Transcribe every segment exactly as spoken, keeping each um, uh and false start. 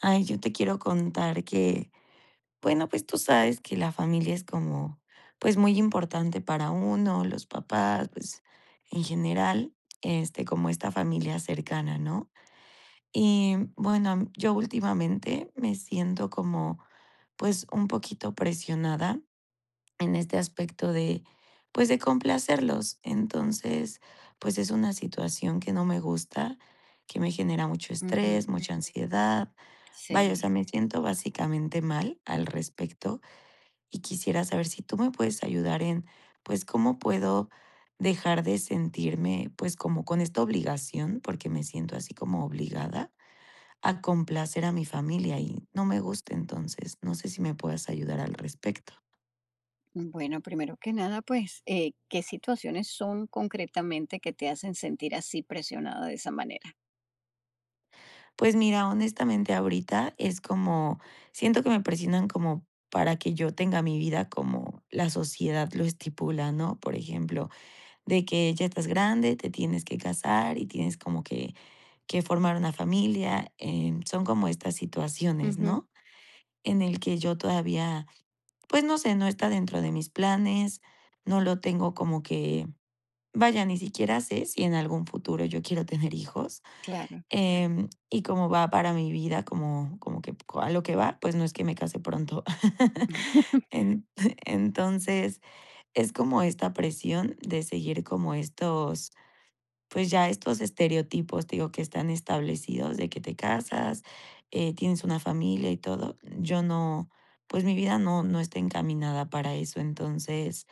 Ay, yo te quiero contar que, bueno, pues tú sabes que la familia es como, pues muy importante para uno, los papás, pues en general, este, como esta familia cercana, ¿no? Y bueno, am- yo últimamente me siento como, pues un poquito presionada en este aspecto de, pues de complacerlos. Entonces, pues es una situación que no me gusta, que me genera mucho estrés, Ujú. mucha ansiedad. Vaya, o sea, Sí. me siento básicamente mal al respecto y quisiera saber si tú me puedes ayudar en, pues, cómo puedo dejar de sentirme, pues, como con esta obligación, porque me siento así como obligada a complacer a mi familia y no me gusta. Entonces, no sé si me puedas ayudar al respecto. Bueno, primero que nada, pues, eh, ¿qué situaciones son concretamente que te hacen sentir así presionada de esa manera? Pues mira, honestamente ahorita es como, siento que me presionan como para que yo tenga mi vida como la sociedad lo estipula, ¿no? Por ejemplo, de que ya estás grande, te tienes que casar y tienes como que, que formar una familia. Em, son como estas situaciones, Ujú. ¿no? En el que yo todavía, pues no sé, no está dentro de mis planes, no lo tengo como que, vaya, ni siquiera sé si en algún futuro yo quiero tener hijos. Claro, em, Y como va para mi vida, como, como que a lo que va, pues no es que me case pronto. En- entonces, es como esta presión de seguir como estos pues ya estos estereotipos, te digo, que están establecidos de que te casas, eh, tienes una familia y todo, yo no, pues mi vida no, no está encaminada para eso. Entonces,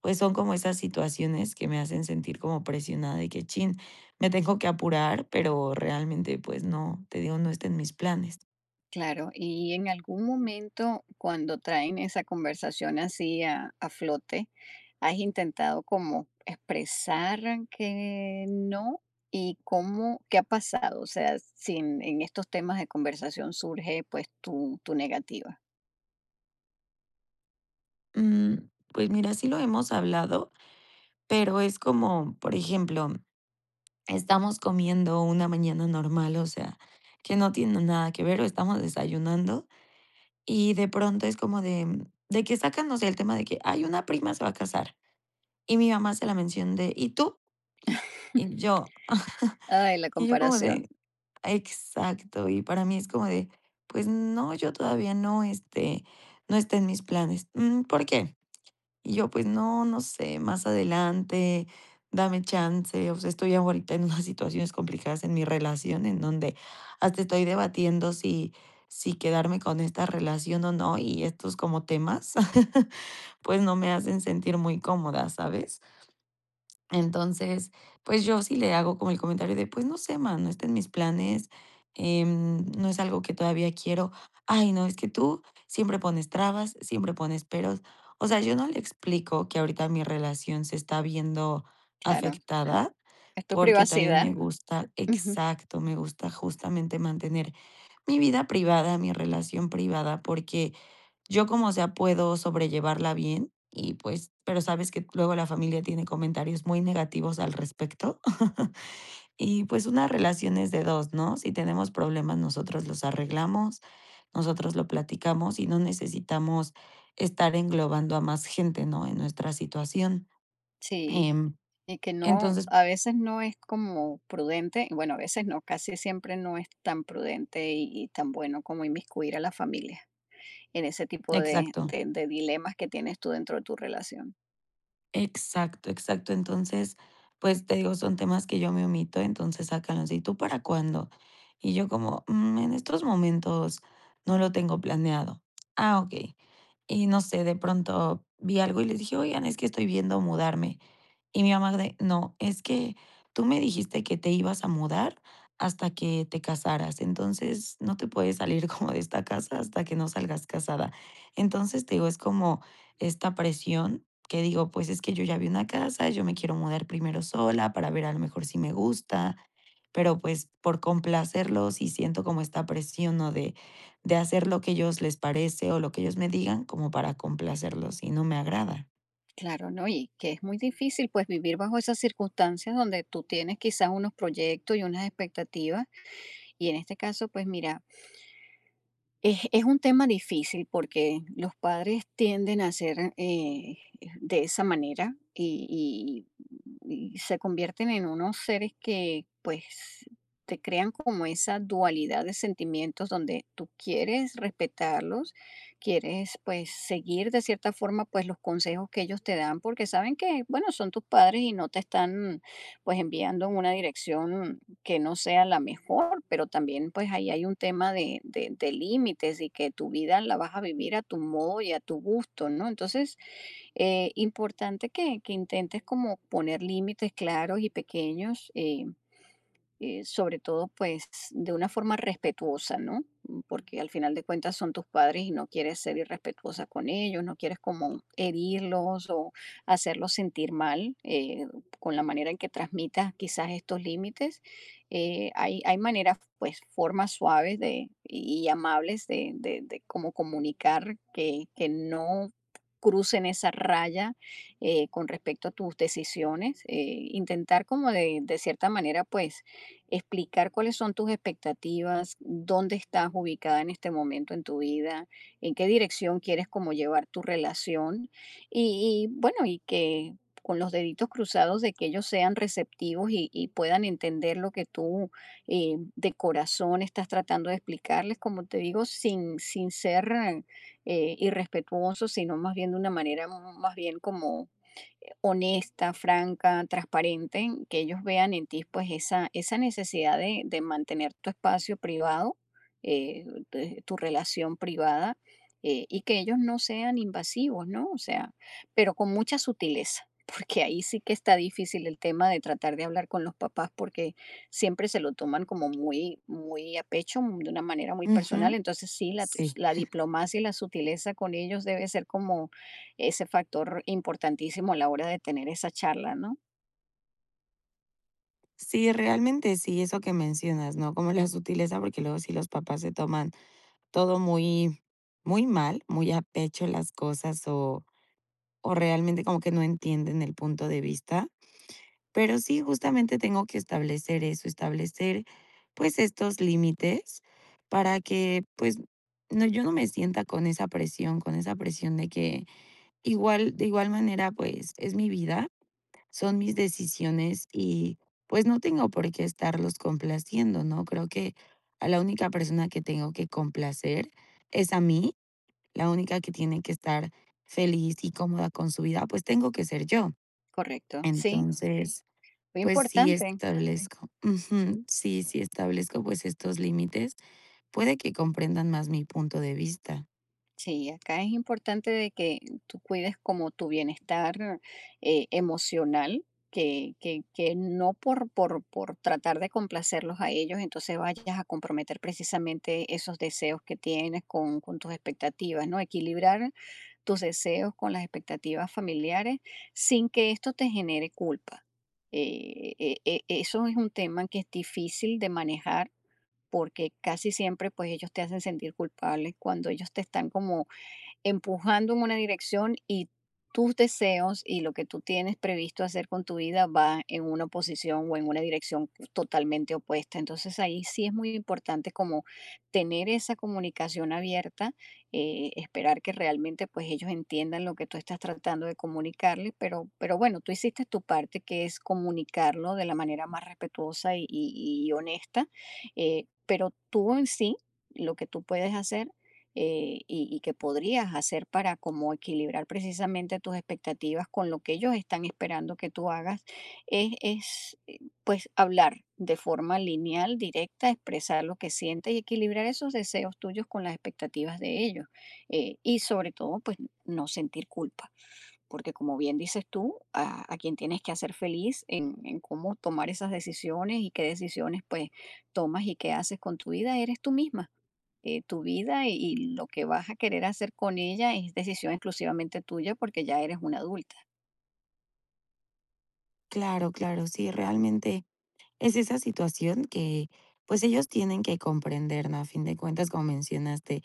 pues son como esas situaciones que me hacen sentir como presionada de que, chin, me tengo que apurar, pero realmente, pues no, te digo, no está en mis planes. claro. Y en algún momento, cuando traen esa conversación así a, a flote, ¿has intentado como expresar que no? ¿Y cómo, qué ha pasado? O sea, si en, en estos temas de conversación surge pues tu, tu negativa. Mm, pues mira, sí lo hemos hablado, pero es como, por ejemplo, estamos comiendo una mañana normal, o sea, que no tiene nada que ver, o estamos desayunando, y de pronto es como de mm, de que sacan, no sé, el tema de que: "hay una prima se va a casar", y mi mamá hace la mención de: "¿Y tú?". Y yo Ay, la y yo como comparación. de: "Exacto", y para mí es como de: "Pues no, yo todavía no, este, no está en mis planes". "Mm, ¿por qué?". Y yo, pues no, no sé, más adelante, dame chance. O sea, estoy ahorita en unas situaciones complicadas en mi relación, en donde hasta estoy debatiendo si, si quedarme con esta relación o no, y estos como temas, pues no me hacen sentir muy cómoda, ¿sabes? Entonces, pues, yo sí le hago como el comentario de: "Pues, no sé, man, no está en mis planes, em, no es algo que todavía quiero". "Ay, no, es que tú siempre pones trabas, siempre pones peros". O sea, yo no le explico que ahorita mi relación se está viendo Claro. afectada, Es tu porque también privacidad. me gusta Ujú. exacto, me gusta justamente mantener mi vida privada, mi relación privada, porque yo como sea puedo sobrellevarla bien y, pues, pero sabes que luego la familia tiene comentarios muy negativos al respecto. Y, pues, una relación es de dos, ¿no? Si tenemos problemas, nosotros los arreglamos, nosotros lo platicamos y no necesitamos estar englobando a más gente, ¿no?, en nuestra situación. Sí, Em, y que no, entonces a veces no es como prudente, y bueno, a veces no, casi siempre no es tan prudente y, y tan bueno como inmiscuir a la familia en ese tipo de, exacto. de- de dilemas que tienes tú dentro de tu relación. Exacto, exacto. Entonces, pues, te digo, son temas que yo me omito, entonces sácalos. ¿Y tú para cuándo? Y yo como, mm, en estos momentos no lo tengo planeado. Ah, okey. Y no sé, de pronto vi algo y les dije: "Oigan, es que estoy viendo mudarme". Y mi mamá de, no, es que tú me dijiste que te ibas a mudar hasta que te casaras, entonces no te puedes salir como de esta casa hasta que no salgas casada. Entonces, te digo, es como esta presión que digo, pues es que yo ya vi una casa, yo me quiero mudar primero sola para ver a lo mejor si me gusta, pero pues por complacerlos y siento como esta presión, ¿no? De, de hacer lo que ellos les parece o lo que ellos me digan como para complacerlos y no me agrada. Claro, ¿no? Y que es muy difícil pues vivir bajo esas circunstancias donde tú tienes quizás unos proyectos y unas expectativas y en este caso pues mira, Es, es un tema difícil porque los padres tienden a ser eh, de esa manera y, y- y se convierten en unos seres que pues te crean como esa dualidad de sentimientos donde tú quieres respetarlos, quieres pues seguir de cierta forma pues los consejos que ellos te dan porque saben que bueno son tus padres y no te están pues enviando en una dirección que no sea la mejor, pero también pues ahí hay un tema de, de- de límites y que tu vida la vas a vivir a tu modo y a tu gusto, ¿no? Entonces, eh, importante que, que intentes como poner límites claros y pequeños. eh, eh, sobre todo pues de una forma respetuosa, ¿no? Mm, porque al final de cuentas son tus padres y no quieres ser irrespetuosa con ellos, no quieres como herirlos o hacerlos sentir mal eh, con la manera en que transmitas quizás estos límites. Eh, hay, hay maneras, pues formas suaves de, y y amables de, de, de cómo comunicar que, que no crucen esa raya eh, con respecto a tus decisiones, eh, intentar como de, de cierta manera pues explicar cuáles son tus expectativas, dónde estás ubicada en este momento en tu vida, en qué dirección quieres como llevar tu relación y, y, bueno, y que con los deditos cruzados de que ellos sean receptivos y, y puedan entender lo que tú eh, de corazón estás tratando de explicarles, como te digo, sin, sin ser eh, irrespetuoso, sino más bien de una manera más bien como honesta, franca, transparente, que ellos vean en ti pues esa, esa necesidad de, de mantener tu espacio privado, eh, de- tu relación privada, eh, y que ellos no sean invasivos, ¿no? O sea, pero con mucha sutileza, porque ahí sí que está difícil el tema de tratar de hablar con los papás porque siempre se lo toman como muy, muy a pecho, de una manera muy personal, Ujú. entonces sí, la, tus- Sí. la diplomacia y la sutileza con ellos debe ser como ese factor importantísimo a la hora de tener esa charla, ¿no? Sí, realmente sí, eso que mencionas, ¿no? Como la sutileza, porque luego sí los papás se toman todo muy, muy mal, muy a pecho las cosas o, o realmente como que no entienden el punto de vista. Pero sí, justamente tengo que establecer eso, establecer pues estos límites para que pues no, yo no me sienta con esa presión, con esa presión de que igual, de igual manera pues es mi vida, son mis decisiones y, pues, no tengo por qué estarlos complaciendo, ¿no? Creo que a la única persona que tengo que complacer es a mí, la única que tiene que estar feliz y cómoda con su vida, pues, tengo que ser yo. Correcto, sí, Entonces, muy pues, sí importante. establezco, ujú, Sí, sí, sí establezco, pues, estos límites, puede que comprendan más mi punto de vista. sí, acá es importante de que tú cuides como tu bienestar eh, emocional, que, que, que no por, por, por tratar de complacerlos a ellos, entonces vayas a comprometer precisamente esos deseos que tienes con, con tus expectativas, ¿no? Equilibrar tus deseos con las expectativas familiares sin que esto te genere culpa. Eh, e- e- eso es un tema que es difícil de manejar porque casi siempre pues ellos te hacen sentir culpable cuando ellos te están como empujando en una dirección y tus deseos y lo que tú tienes previsto hacer con tu vida va en una posición o en una dirección totalmente opuesta. Entonces ahí sí es muy importante como tener esa comunicación abierta, eh, esperar que realmente pues ellos entiendan lo que tú estás tratando de comunicarles, pero, pero bueno, tú hiciste tu parte que es comunicarlo de la manera más respetuosa y, y- y honesta, eh, pero tú en sí, lo que tú puedes hacer eh, y, y que podrías hacer para como equilibrar precisamente tus expectativas con lo que ellos están esperando que tú hagas, es, es eh, pues hablar de forma lineal, directa, expresar lo que sientes y equilibrar esos deseos tuyos con las expectativas de ellos. eh, y sobre todo, pues no sentir culpa, porque como bien dices tú, a, a quien tienes que hacer feliz en, en cómo tomar esas decisiones y qué decisiones pues tomas y qué haces con tu vida, eres tú misma eh, tu vida y, y lo que vas a querer hacer con ella es decisión exclusivamente tuya porque ya eres una adulta. Claro, claro, sí, realmente es esa situación que, pues, ellos tienen que comprender, ¿no? A fin de cuentas, como mencionaste,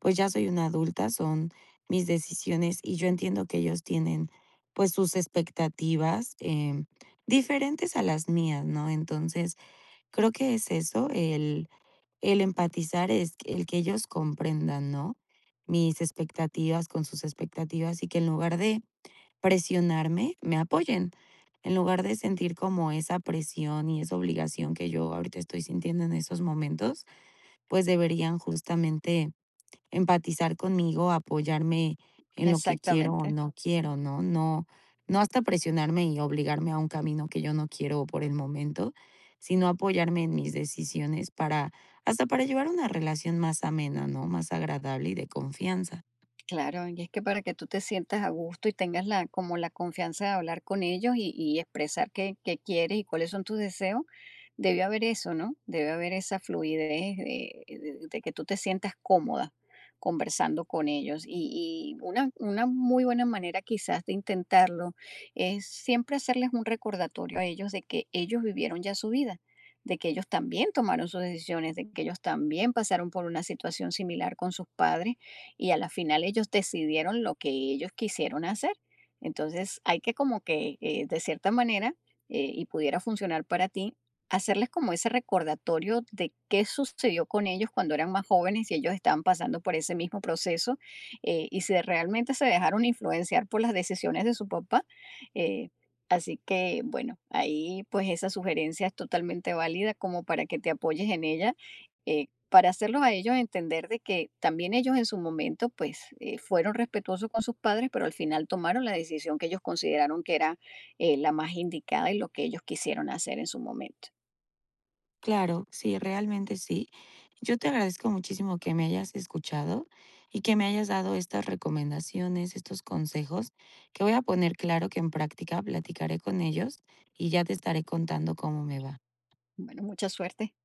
pues ya soy una adulta, son mis decisiones y yo entiendo que ellos tienen, pues, sus expectativas em, diferentes a las mías, ¿no? Entonces, creo que es eso, el, el empatizar es el que ellos comprendan, ¿no? Mis expectativas con sus expectativas y que en lugar de presionarme, me apoyen, en lugar de sentir como esa presión y esa obligación que yo ahorita estoy sintiendo en esos momentos, pues deberían justamente empatizar conmigo, apoyarme en lo que quiero o Exactamente. no quiero, ¿no? No, no hasta presionarme y obligarme a un camino que yo no quiero por el momento, sino apoyarme en mis decisiones para, hasta para llevar una relación más amena, ¿no? Más agradable y de confianza. Claro, y es que para que tú te sientas a gusto y tengas la, como la confianza de hablar con ellos y, y expresar qué, qué quieres y cuáles son tus deseos, debe haber eso, ¿no? Debe haber esa fluidez de, de- de que tú te sientas cómoda conversando con ellos. Y, y una, una muy buena manera quizás de intentarlo es siempre hacerles un recordatorio a ellos de que ellos vivieron ya su vida, de que ellos también tomaron sus decisiones, de que ellos también pasaron por una situación similar con sus padres y a la final ellos decidieron lo que ellos quisieron hacer. Entonces hay que como que eh, de cierta manera, eh, y pudiera funcionar para ti, hacerles como ese recordatorio de qué sucedió con ellos cuando eran más jóvenes y ellos estaban pasando por ese mismo proceso eh, y si realmente se dejaron influenciar por las decisiones de su papá. eh, Así que bueno, ahí pues esa sugerencia es totalmente válida como para que te apoyes en ella. eh, para hacerlos a ellos entender de que también ellos en su momento pues eh, fueron respetuosos con sus padres, pero al final tomaron la decisión que ellos consideraron que era eh, la más indicada y lo que ellos quisieron hacer en su momento. Claro, sí, realmente sí. Yo te agradezco muchísimo que me hayas escuchado y que me hayas dado estas recomendaciones, estos consejos, que voy a poner claro que en práctica, platicaré con ellos y ya te estaré contando cómo me va. Bueno, mucha suerte.